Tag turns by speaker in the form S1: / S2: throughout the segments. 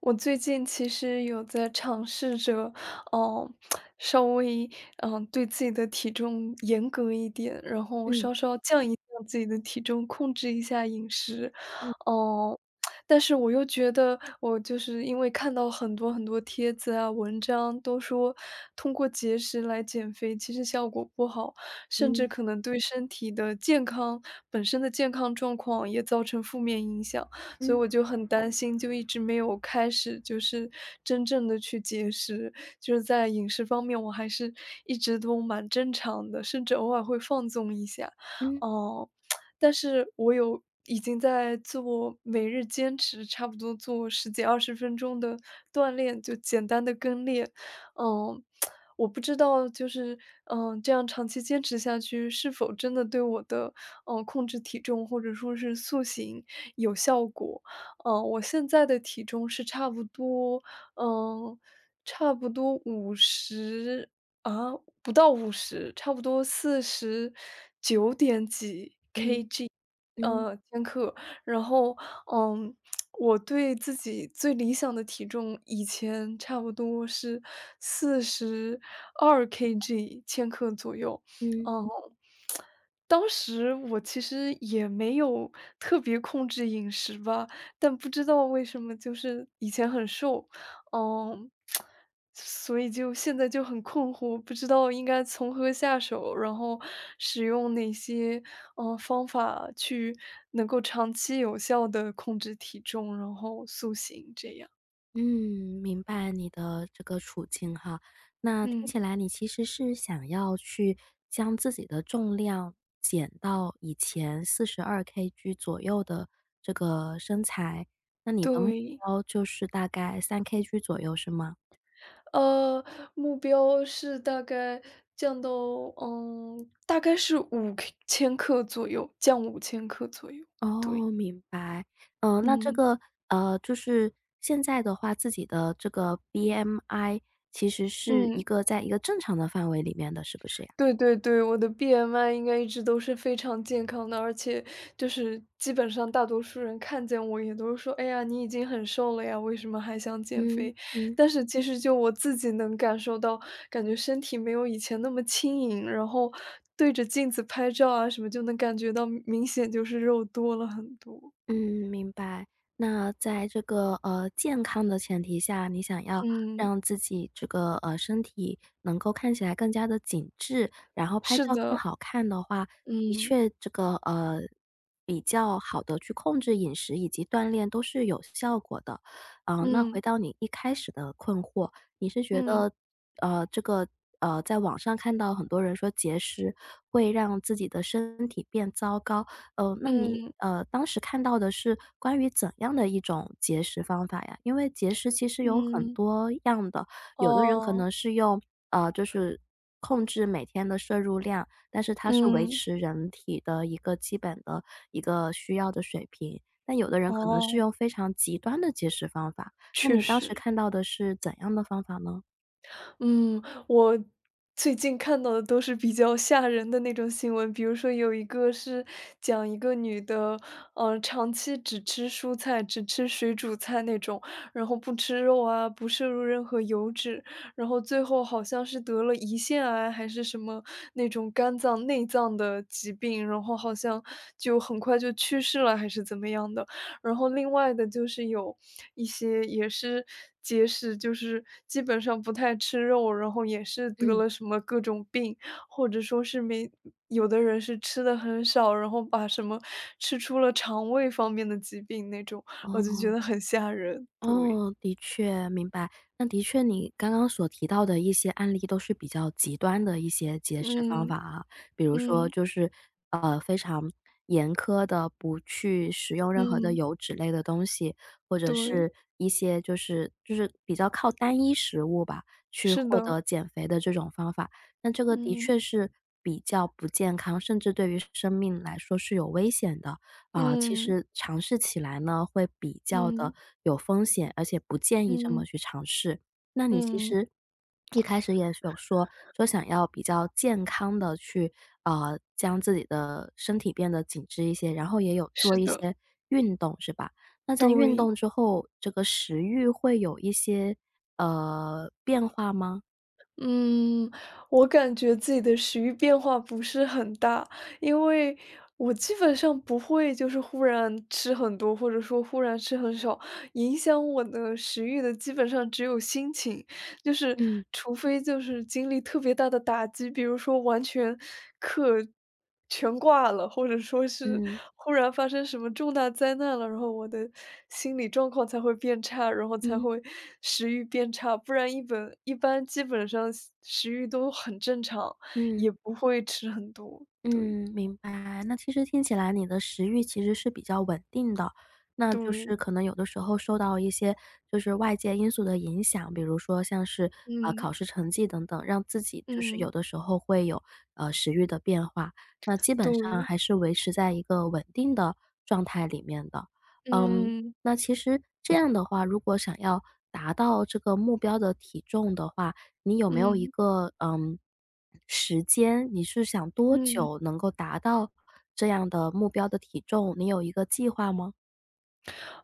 S1: 我最近其实有在尝试着，嗯，稍微，对自己的体重严格一点，然后
S2: 嗯
S1: 稍稍降一降自己的体重，控制一下饮食。
S2: 嗯
S1: 哦，但是我又觉得，我就是因为看到很多很多帖子啊、文章都说通过节食来减肥，其实效果不好，甚至
S2: 嗯
S1: 可能对身体的健康本身的健康状况也造成负面影响。所以
S2: 嗯
S1: 我就很担心，就一直没有开始，就是真正的去节食。就是在饮食方面，我还是一直都蛮正常的，甚至偶尔会放纵一下。
S2: 嗯嗯
S1: 哦。但是我有已经在做每日坚持，差不多做十几二十分钟的锻炼，就简单的跟练。嗯，我不知道就是，这样长期坚持下去，是否真的对我的控制体重或者说是塑形有效果。我现在的体重是差不多，嗯，差不多五十啊，不到五十，差不多49点几，
S2: 嗯嗯
S1: 千克。然后，嗯，我对自己最理想的体重以前差不多是42 kg，千克左右。
S2: 嗯，
S1: 嗯，当时我其实也没有特别控制饮食吧，但不知道为什么就是以前很瘦，嗯，所以就现在就很困惑，不知道应该从何下手，然后使用哪些，方法去能够长期有效的控制体重，然后塑形这样。
S2: 嗯明白你的这个处境哈。那听
S1: 嗯，
S2: 起来你其实是想要去将自己的重量减到以前42 kg 左右的这个身材，那你的目
S1: 对。
S2: 标就是大概3 kg 左右，是吗？
S1: 呃，目标是大概降到大概是五千克左右，降五千克左右，对，
S2: 哦，明白。那这
S1: 嗯，
S2: 个就是现在的话，自己的这个 BMI 其实是一
S1: 嗯。
S2: 个在一个正常的范围里面的，是不是呀？
S1: 对对对，我的 BMI 应该一直都是非常健康的，而且就是基本上大多数人看见我也都是说："哎呀，你已经很瘦了呀，为什么还想减
S2: 嗯
S1: 肥？"
S2: 嗯。
S1: 但是其实就我自己能感受到，感觉身体没有以前那么轻盈，然后对着镜子拍照啊什么，就能感觉到明显就是肉多了很多。
S2: 嗯，明白。那在这个健康的前提下，你想要
S1: 嗯，
S2: 让自己这个身体能够看起来更加的紧致，然后拍
S1: 是
S2: 照更
S1: 的，
S2: 好看的话，的
S1: 嗯，
S2: 确这个比较好的去控制饮食以及锻炼都是有效果的。那回
S1: 嗯，
S2: 到你一开始的困惑，你是觉
S1: 嗯，
S2: 得这个在网上看到很多人说节食会让自己的身体变糟糕，那你，
S1: 嗯，
S2: 当时看到的是关于怎样的一种节食方法呀？因为节食其实有很
S1: 嗯，
S2: 多样的，有的人可
S1: 哦，
S2: 能是用就是控制每天的摄入量，但是它是维
S1: 嗯，
S2: 持人体的一个基本的一个需要的水平。但有的人可能是
S1: 哦，
S2: 用非常极端的节食方法，那
S1: 确
S2: 你当时
S1: 实。
S2: 看到的是怎样的方法呢？
S1: 嗯，我最近看到的都是比较吓人的那种新闻，比如说有一个是讲一个女的，长期只吃蔬菜、只吃水煮菜那种，然后不吃肉啊，不摄入任何油脂，然后最后好像是得了胰腺癌还是什么那种肝脏内脏的疾病，然后好像就很快就去世了，还是怎么样的。然后另外的就是有一些也是节食，就是基本上不太吃肉，然后也是得
S2: 嗯。
S1: 了什么各种病，或者说是没有的人是吃的很少，然后把什么吃出了肠胃方面的疾病那种，我就觉
S2: 哦。
S1: 得很吓人，对。
S2: 哦，的确，明白。那的确你刚刚所提到的一些案例都是比较极端的一些节食方
S1: 嗯，
S2: 法啊，比如说
S1: 嗯，
S2: 就是，非常严苛的，不去食用任何的
S1: 嗯，
S2: 油脂类的东西，或者
S1: 对，
S2: 是一些就是比较靠单一食物吧，去
S1: 是
S2: 获
S1: 的，
S2: 得减肥的这种方法。那这个的
S1: 嗯，
S2: 确是比较不健康，甚至对于生命来说是有危险的。啊，其
S1: 嗯，
S2: 实尝试起来呢，会比较的
S1: 嗯，
S2: 有风险，而且不建议这么
S1: 嗯，
S2: 去尝试。那你其
S1: 嗯，
S2: 实一开始也是有说，想要比较健康的去，将自己的身体变得紧致一些，然后也有做
S1: 是
S2: 一
S1: 的，
S2: 些运动是吧？那在运
S1: 对。
S2: 动之后，这个食欲会有一些，变化吗？
S1: 嗯，我感觉自己的食欲变化不是很大，因为我基本上不会就是忽然吃很多，或者说忽然吃很少，影响我的食欲的基本上只有心情。就是
S2: 嗯
S1: 除非就是经历特别大的打击，比如说完全课全挂了，或者说是
S2: 嗯
S1: 忽然发生什么重大灾难了，然后我的心理状况才会变差，然后才
S2: 嗯
S1: 会食欲变差，不然一般基本上食欲都很正常，
S2: 嗯。
S1: 也不会吃很多。对，
S2: 嗯，明白。那其实听起来你的食欲其实是比较稳定的，那就
S1: 对，
S2: 是可能有的时候受到一些就是外界因素的影响，比如说像是
S1: 嗯，
S2: 考试成绩等等，让自己就是有
S1: 嗯，
S2: 的时候会有食欲的变化。那基本上
S1: 对，
S2: 还是维持在一个稳定的状态里面的。嗯，
S1: 嗯，
S2: 那其实这样的话，如果想要达到这个目标的体重的话，你有没有一
S1: 嗯，
S2: 个时间？你是想多
S1: 嗯。
S2: 久能够达到这样的目标的体重？你有一个计划吗？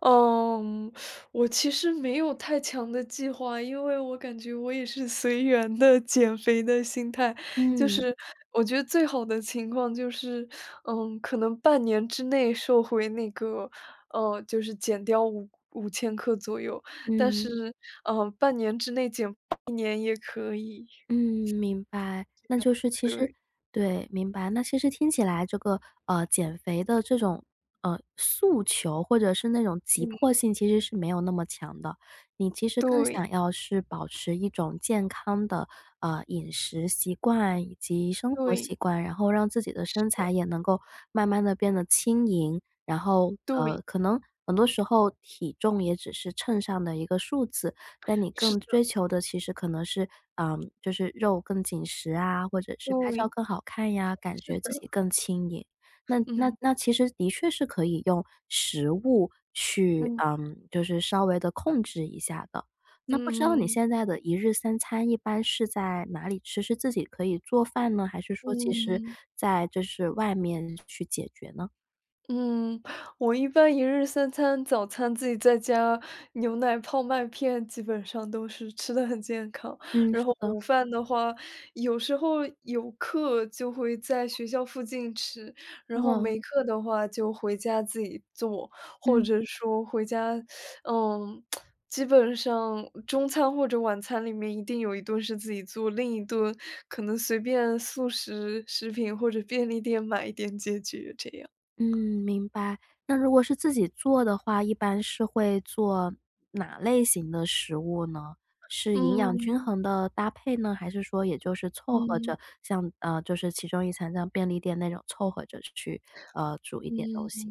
S1: 嗯，我其实没有太强的计划，因为我感觉我也是随缘的减肥的心态。就
S2: 嗯
S1: 是我觉得最好的情况就是，可能半年之内瘦回那个，就是减掉五千克左右，但
S2: 嗯。
S1: 是，半年之内减一年也可以。
S2: 嗯，明白，那就是其实
S1: 对，
S2: 对，明白。那其实听起来这个，减肥的这种，诉求或者是那种急
S1: 嗯，
S2: 迫性其实是没有那么强的。你其实更
S1: 对，
S2: 想要是保持一种健康的，饮食习惯以及生活
S1: 对，
S2: 习惯，然后让自己的
S1: 是
S2: 身材也能够慢慢的变得轻盈，然后，
S1: 对，
S2: 可能很多时候体重也只是秤上的一个数字。但你
S1: 是
S2: 更
S1: 的，
S2: 追求的其实可能是，就是肉更紧实啊，或者是拍照
S1: 对，
S2: 更好看呀，感
S1: 是
S2: 觉自
S1: 的，
S2: 己更轻盈。那那
S1: 嗯，
S2: 那其实的确是可以用食物去，
S1: 嗯，
S2: 就是稍微的控制一下的。那不知道你
S1: 嗯
S2: 现在的一日三餐一般是在哪里吃？是自己可以做饭呢？还是说其实
S1: 嗯，嗯。
S2: 在就是外面去解决呢？
S1: 嗯，我一般一日三餐，早餐自己在家，牛奶、泡麦片基本上都是吃的很健康。
S2: 嗯，
S1: 然
S2: 是
S1: 后
S2: 的，
S1: 午饭的话，有时候有课就会在学校附近吃，然后
S2: 嗯，
S1: 没课的话就回家自己做，或
S2: 嗯。
S1: 者说回家，嗯，基本上中餐或者晚餐里面一定有一顿是自己做，另一顿可能随便速食食品或者便利店买一点解决，这样。
S2: 嗯，明白。那如果是自己做的话，一般是会做哪类型的食物呢？是营
S1: 嗯，
S2: 养均
S1: 嗯，
S2: 衡的搭配呢，还是说也就是凑合着像就是其中一餐像便利店那种凑合着去，煮一点东西？
S1: 嗯。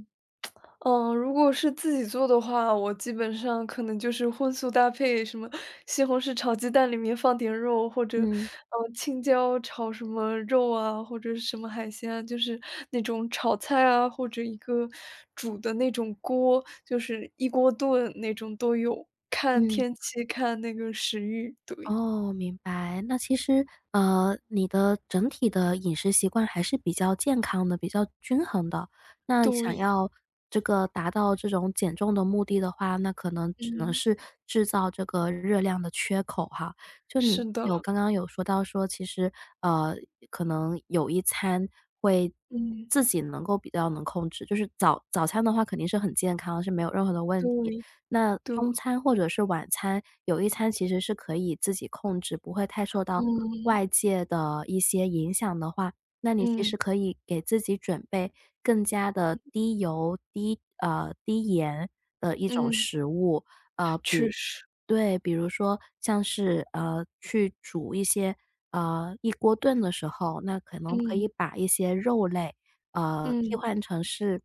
S1: 嗯，如果是自己做的话，我基本上可能就是荤素搭配，什么西红柿炒鸡蛋里面放点肉，或者，
S2: 嗯，
S1: 青椒炒什么肉啊，或者是什么海鲜啊，就是那种炒菜啊，或者一个煮的那种锅，就是一锅炖那种都有，看
S2: 嗯。
S1: 天气，看那个食欲，对，
S2: 哦，明白。那其实，你的整体的饮食习惯还是比较健康的，比较均衡的。那想
S1: 对，
S2: 要这个达到这种减重的目的的话，那可能只能
S1: 嗯，
S2: 是制造这个热量的缺口哈。就你
S1: 是的，
S2: 有刚刚有说到说，其实，呃，可能有一餐会
S1: 嗯，
S2: 自己能够比较能控制，就是早餐的话肯定是很健康，是没有任何的问题。
S1: 对，
S2: 那
S1: 对，
S2: 中餐或者是晚餐，有一餐其实是可以自己控制，不会太受到
S1: 嗯，
S2: 外界的一些影响的话，那你其
S1: 嗯，
S2: 实可以给自己准备更加的低油、低盐的一种
S1: 嗯。
S2: 食物。呃，
S1: 确
S2: 比
S1: 实，
S2: 对，比如说像是，去煮一些，一锅炖的时候，那可能可以
S1: 嗯，
S2: 把一些肉类，替
S1: 嗯，
S2: 换成是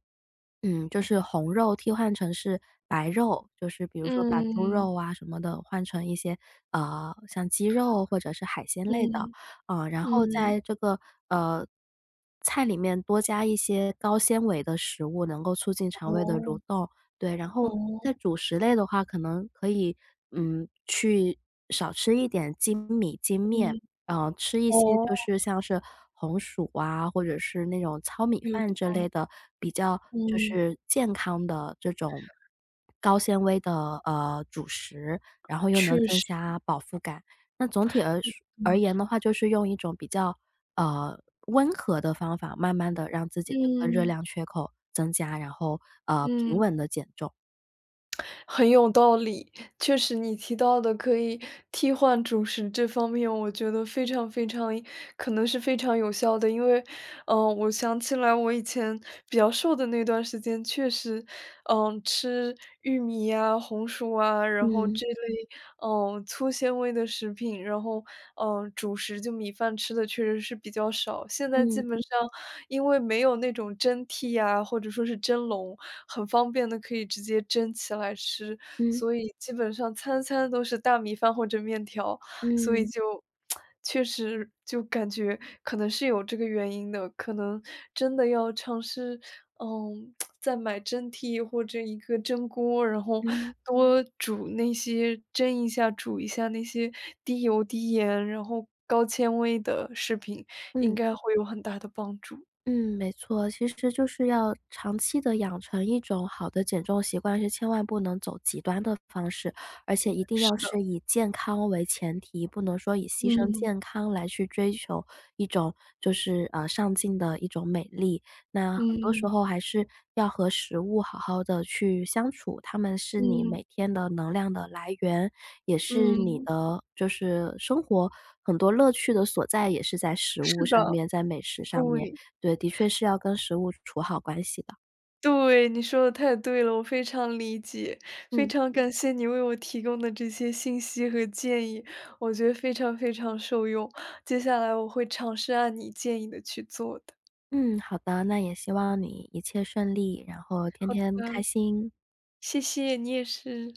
S2: 就是红肉替换成是白肉，就是比如说把猪
S1: 嗯，
S2: 肉啊什么的换成一些，像鸡肉或者是海鲜类的，
S1: 嗯，
S2: 然后
S1: 嗯。
S2: 在这个，呃，菜里面多加一些高纤维的食物，能够促进肠胃的蠕
S1: 哦，
S2: 动。对，然后在
S1: 哦，
S2: 主食类的话，可能可以，去少吃一点精米、精面。
S1: 嗯，
S2: 嗯，吃一些
S1: 哦，
S2: 就是像是红薯啊，或者是那种糙米
S1: 有
S2: 饭之
S1: 道
S2: 类的，比较就
S1: 嗯，
S2: 是健康的这种高纤维的，主食，然后又能
S1: 确
S2: 增
S1: 实
S2: 加饱腹感。那总体而说
S1: 有
S2: 而
S1: 道
S2: 言
S1: 理。
S2: 的话，就是用一种比较，呃，温和的方法，慢慢的让自己这个热
S1: 嗯，
S2: 量缺口增加，然后，平
S1: 嗯，
S2: 稳的减重。
S1: 很有道理。确实你提到的可以替换主食这方面，我觉得非常非常可能是非常有效的，因为我想起来我以前比较瘦的那段时间，确实，吃玉米呀、红薯啊，然后
S2: 嗯，
S1: 这类，粗纤维的食品，然后，主食就米饭吃的确实是比较少。现在基
S2: 嗯，
S1: 本上因为没有那种蒸屉呀，或者说是蒸笼，很方便的可以直接蒸起来吃，
S2: 嗯，
S1: 所以基本上餐餐都是大米饭或者面条。所以
S2: 嗯，
S1: 就确实就感觉可能是有这个原因的，可能真的要尝试，嗯，再买蒸屉或者一个蒸锅，然后
S2: 嗯，
S1: 多煮那些蒸一下、煮一下那些低油、低盐，然后高纤维的食品，应
S2: 嗯。
S1: 该会有很大的帮助。
S2: 嗯，没错，其实就是要长期的养成一种好的减重习惯，是千万不能走极端的方式，而且一定要
S1: 是的，
S2: 是以健康为前提，不能说以牺牲
S1: 嗯，
S2: 健康来去追求一种就是，上进的一种美丽。那很多时
S1: 嗯，
S2: 候还是要和食物好好的去相处，它们是你
S1: 嗯，
S2: 每天的能量的来源，也是你
S1: 嗯，
S2: 的就是生活很多乐趣的所在，也是在食物
S1: 是
S2: 上
S1: 的，
S2: 面，在美食上面。
S1: 对。
S2: 对，的确是要跟食物处好关系的。
S1: 对，你说的太对了，我非常理解，非
S2: 嗯，
S1: 常感谢你为我提供的这些信息和建议，我觉得非常非常受用，接下来我会尝试按你建议的去做的，
S2: 嗯，好的，那也希望你一切顺利，然后天天开
S1: 嗯，
S2: 心。
S1: 谢谢，你也是。